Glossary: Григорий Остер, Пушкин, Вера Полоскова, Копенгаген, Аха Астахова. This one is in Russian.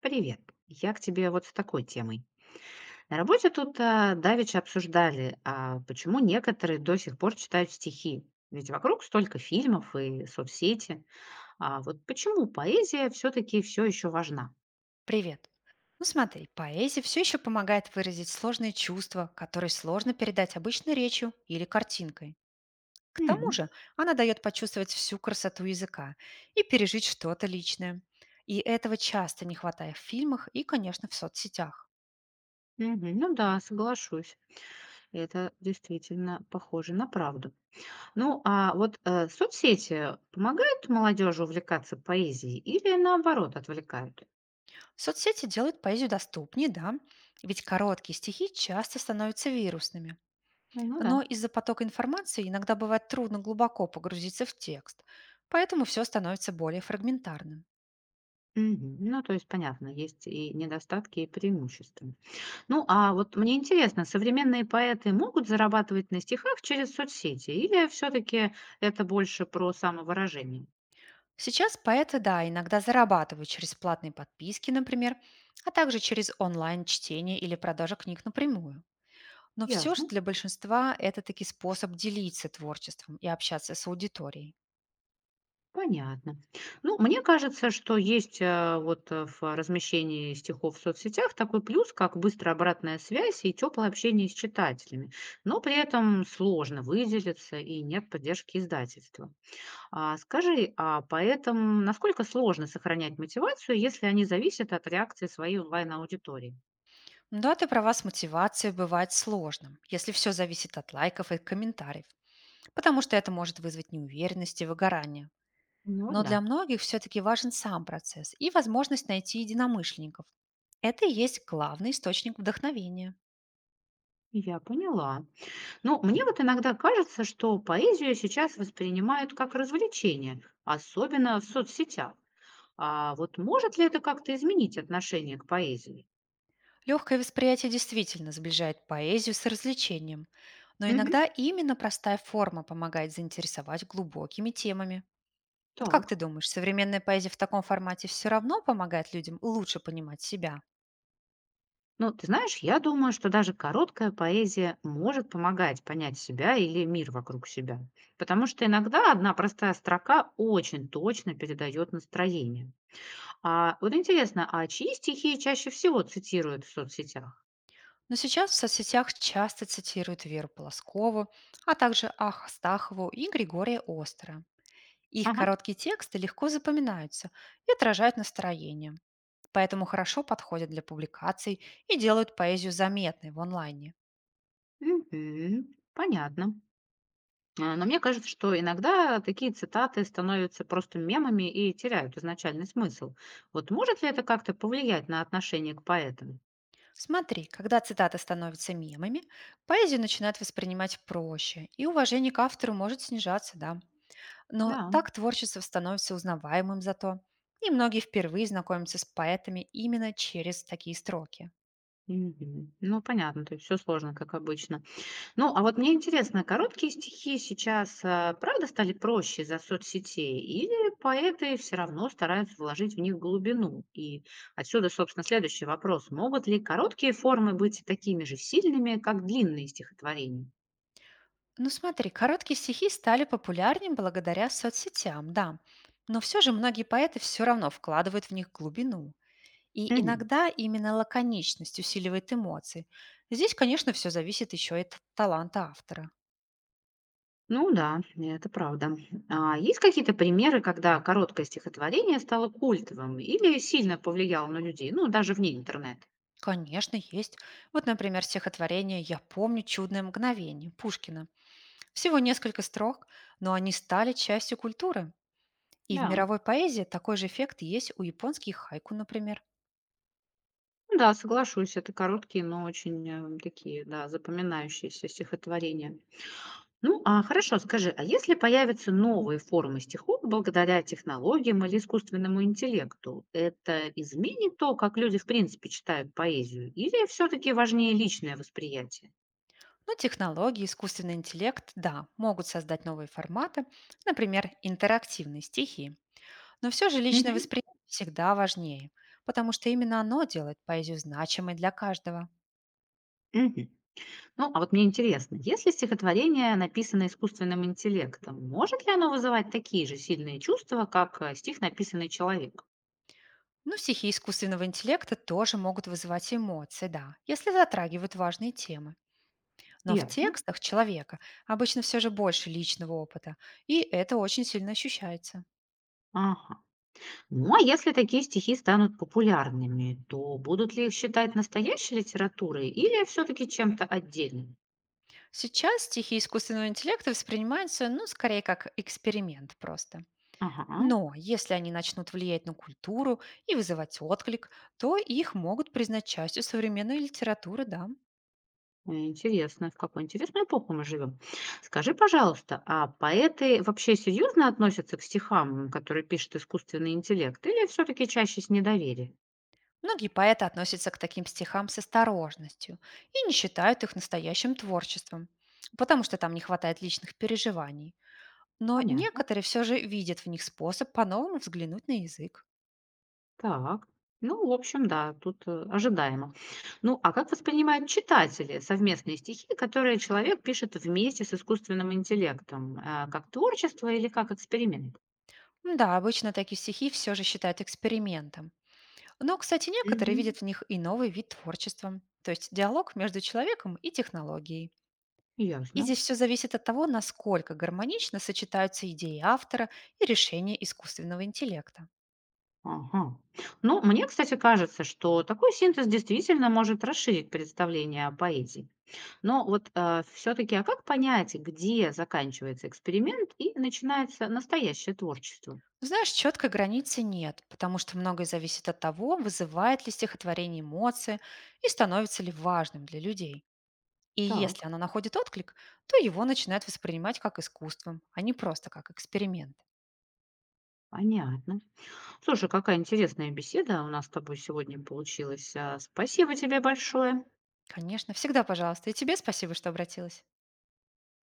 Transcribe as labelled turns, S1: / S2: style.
S1: Привет. Я к тебе вот с такой темой. На работе тут давеча обсуждали, почему некоторые до сих пор читают стихи. Ведь вокруг столько фильмов и соцсети. А вот почему поэзия все-таки все еще важна?
S2: Привет. Ну смотри, поэзия все еще помогает выразить сложные чувства, которые сложно передать обычной речью или картинкой. К тому
S1: Мгм.
S2: же она дает почувствовать всю красоту языка и пережить что-то личное. И этого часто не хватает в фильмах и, конечно, в соцсетях.
S1: Мгм. Ну да, соглашусь. Это действительно похоже на правду. Ну а вот соцсети помогают молодежи увлекаться поэзией или наоборот отвлекают?
S2: Соцсети делают поэзию доступнее, да, ведь короткие стихи часто становятся вирусными.
S1: Ну да.
S2: Но из-за потока информации иногда бывает трудно глубоко погрузиться в текст, поэтому все становится более фрагментарным.
S1: Мгм. Ну, то есть понятно, есть и недостатки, и преимущества. Ну, а вот мне интересно, современные поэты могут зарабатывать на стихах через соцсети, или все-таки это больше про самовыражение?
S2: Сейчас поэты, да, иногда зарабатывают через платные подписки, например, а также через онлайн-чтение или продажа книг напрямую. Но все же
S1: Ясно.
S2: для большинства это таки способ делиться творчеством и общаться с аудиторией.
S1: Понятно. Ну, мне кажется, что есть в размещении стихов в соцсетях такой плюс, как быстрая обратная связь и теплое общение с читателями, но при этом сложно выделиться и нет поддержки издательства. А скажи, а поэтому насколько сложно сохранять мотивацию, если они зависят от реакции своей онлайн-аудитории?
S2: Да, ты права, с мотивацией бывает сложным, если все зависит от лайков и комментариев, потому что это может вызвать неуверенность и выгорание.
S1: Ну
S2: Но для
S1: да.
S2: многих все-таки важен сам процесс и возможность найти единомышленников. Это и есть главный источник вдохновения.
S1: Я поняла. Ну, мне вот иногда кажется, что поэзию сейчас воспринимают как развлечение, особенно в соцсетях. А вот может ли это как-то изменить отношение к поэзии?
S2: Легкое восприятие действительно сближает поэзию с развлечением, но
S1: Мгм.
S2: иногда именно простая форма помогает заинтересовать глубокими темами. Вот как ты
S1: Так.
S2: думаешь, современная поэзия в таком формате все равно помогает людям лучше понимать себя?
S1: Ну, ты знаешь, я думаю, что даже короткая поэзия может помогать понять себя или мир вокруг себя, потому что иногда одна простая строка очень точно передает настроение. А вот интересно, а чьи стихи чаще всего цитируют в соцсетях?
S2: Но сейчас в соцсетях часто цитируют Веру Полоскову, а также Аха Астахову и Григория Остера. Их
S1: Ага,
S2: короткие тексты легко запоминаются и отражают настроение, поэтому хорошо подходят для публикаций и делают поэзию заметной в онлайне.
S1: мгм, понятно. Но мне кажется, что иногда такие цитаты становятся просто мемами и теряют изначальный смысл. Вот может ли это как-то повлиять на отношение к поэтам?
S2: Смотри, когда цитаты становятся мемами, поэзию начинают воспринимать проще, и уважение к автору может снижаться, да. Но
S1: Да.
S2: так творчество становится узнаваемым зато, и многие впервые знакомятся с поэтами именно через такие строки.
S1: Мгм. Ну, понятно, то есть все сложно, как обычно. Ну, а вот мне интересно, короткие стихи сейчас, правда стали проще из-за соцсетей или поэты все равно стараются вложить в них глубину? И отсюда, собственно, следующий вопрос: могут ли короткие формы быть такими же сильными, как длинные стихотворения?
S2: Ну смотри, короткие стихи стали популярнее благодаря соцсетям, да. Но все же многие поэты все равно вкладывают в них глубину. И
S1: Мгм.
S2: иногда именно лаконичность усиливает эмоции. Здесь, конечно, все зависит еще и от таланта автора.
S1: Ну да, это правда. А есть какие-то примеры, когда короткое стихотворение стало культовым или сильно повлияло на людей, ну, даже вне интернета?
S2: Конечно, есть. Вот, например, стихотворение «Я помню чудное мгновение» Пушкина. Всего несколько строк, но они стали частью культуры. И в
S1: Да.
S2: мировой поэзии такой же эффект есть у японских хайку, например.
S1: Ну да, соглашусь, это короткие, но очень, такие, да, запоминающиеся стихотворения. Ну, а хорошо, скажи, а если появятся новые формы стихов благодаря технологиям или искусственному интеллекту, это изменит то, как люди в принципе читают поэзию, или все-таки важнее личное восприятие?
S2: Но технологии, искусственный интеллект, да, могут создать новые форматы, например, интерактивные стихи. Но все же личное
S1: Мгм.
S2: восприятие всегда важнее, потому что именно оно делает поэзию значимой для каждого.
S1: Мгм. Ну, а вот мне интересно, если стихотворение написано искусственным интеллектом, может ли оно вызывать такие же сильные чувства, как стих, написанный человеком?
S2: Ну, стихи искусственного интеллекта тоже могут вызывать эмоции, да, если затрагивают важные темы. Но в
S1: Ясно.
S2: текстах человека обычно все же больше личного опыта, и это очень сильно ощущается.
S1: Ага. Ну, а если такие стихи станут популярными, то будут ли их считать настоящей литературой или все-таки чем-то отдельным?
S2: Сейчас стихи искусственного интеллекта воспринимаются, ну, скорее как эксперимент просто.
S1: Ага,
S2: Но если они начнут влиять на культуру и вызывать отклик, то их могут признать частью современной литературы, да.
S1: интересно, в какую интересную эпоху мы живем. Скажи, пожалуйста, а поэты вообще серьезно относятся к стихам, которые пишет искусственный интеллект, или все-таки чаще с недоверием?
S2: Многие поэты относятся к таким стихам с осторожностью и не считают их настоящим творчеством, потому что там не хватает личных переживаний. Но
S1: Понятно.
S2: некоторые все же видят в них способ по-новому взглянуть на язык.
S1: Так. Ну, в общем, да, тут, ожидаемо. Ну, а как воспринимают читатели совместные стихи, которые человек пишет вместе с искусственным интеллектом? Как творчество или как эксперимент?
S2: Да, обычно такие стихи все же считают экспериментом. Но, кстати,
S1: Мгм.
S2: некоторые видят в них и новый вид творчества, то есть диалог между человеком и технологией. И
S1: Ясно.
S2: здесь все зависит от того, насколько гармонично сочетаются идеи автора и решения искусственного интеллекта.
S1: Ага. Ну, мне, кстати, кажется, что такой синтез действительно может расширить представление о поэзии. Но вот все-таки, а как понять, где заканчивается эксперимент и начинается настоящее творчество?
S2: Знаешь, четкой границы нет, потому что многое зависит от того, вызывает ли стихотворение эмоции и становится ли важным для людей. И если
S1: Так,
S2: оно находит отклик, то его начинают воспринимать как искусством, а не просто как эксперимент.
S1: понятно. Слушай, какая интересная беседа у нас с тобой сегодня получилась. Спасибо тебе большое.
S2: Конечно, всегда пожалуйста. И тебе спасибо, что обратилась.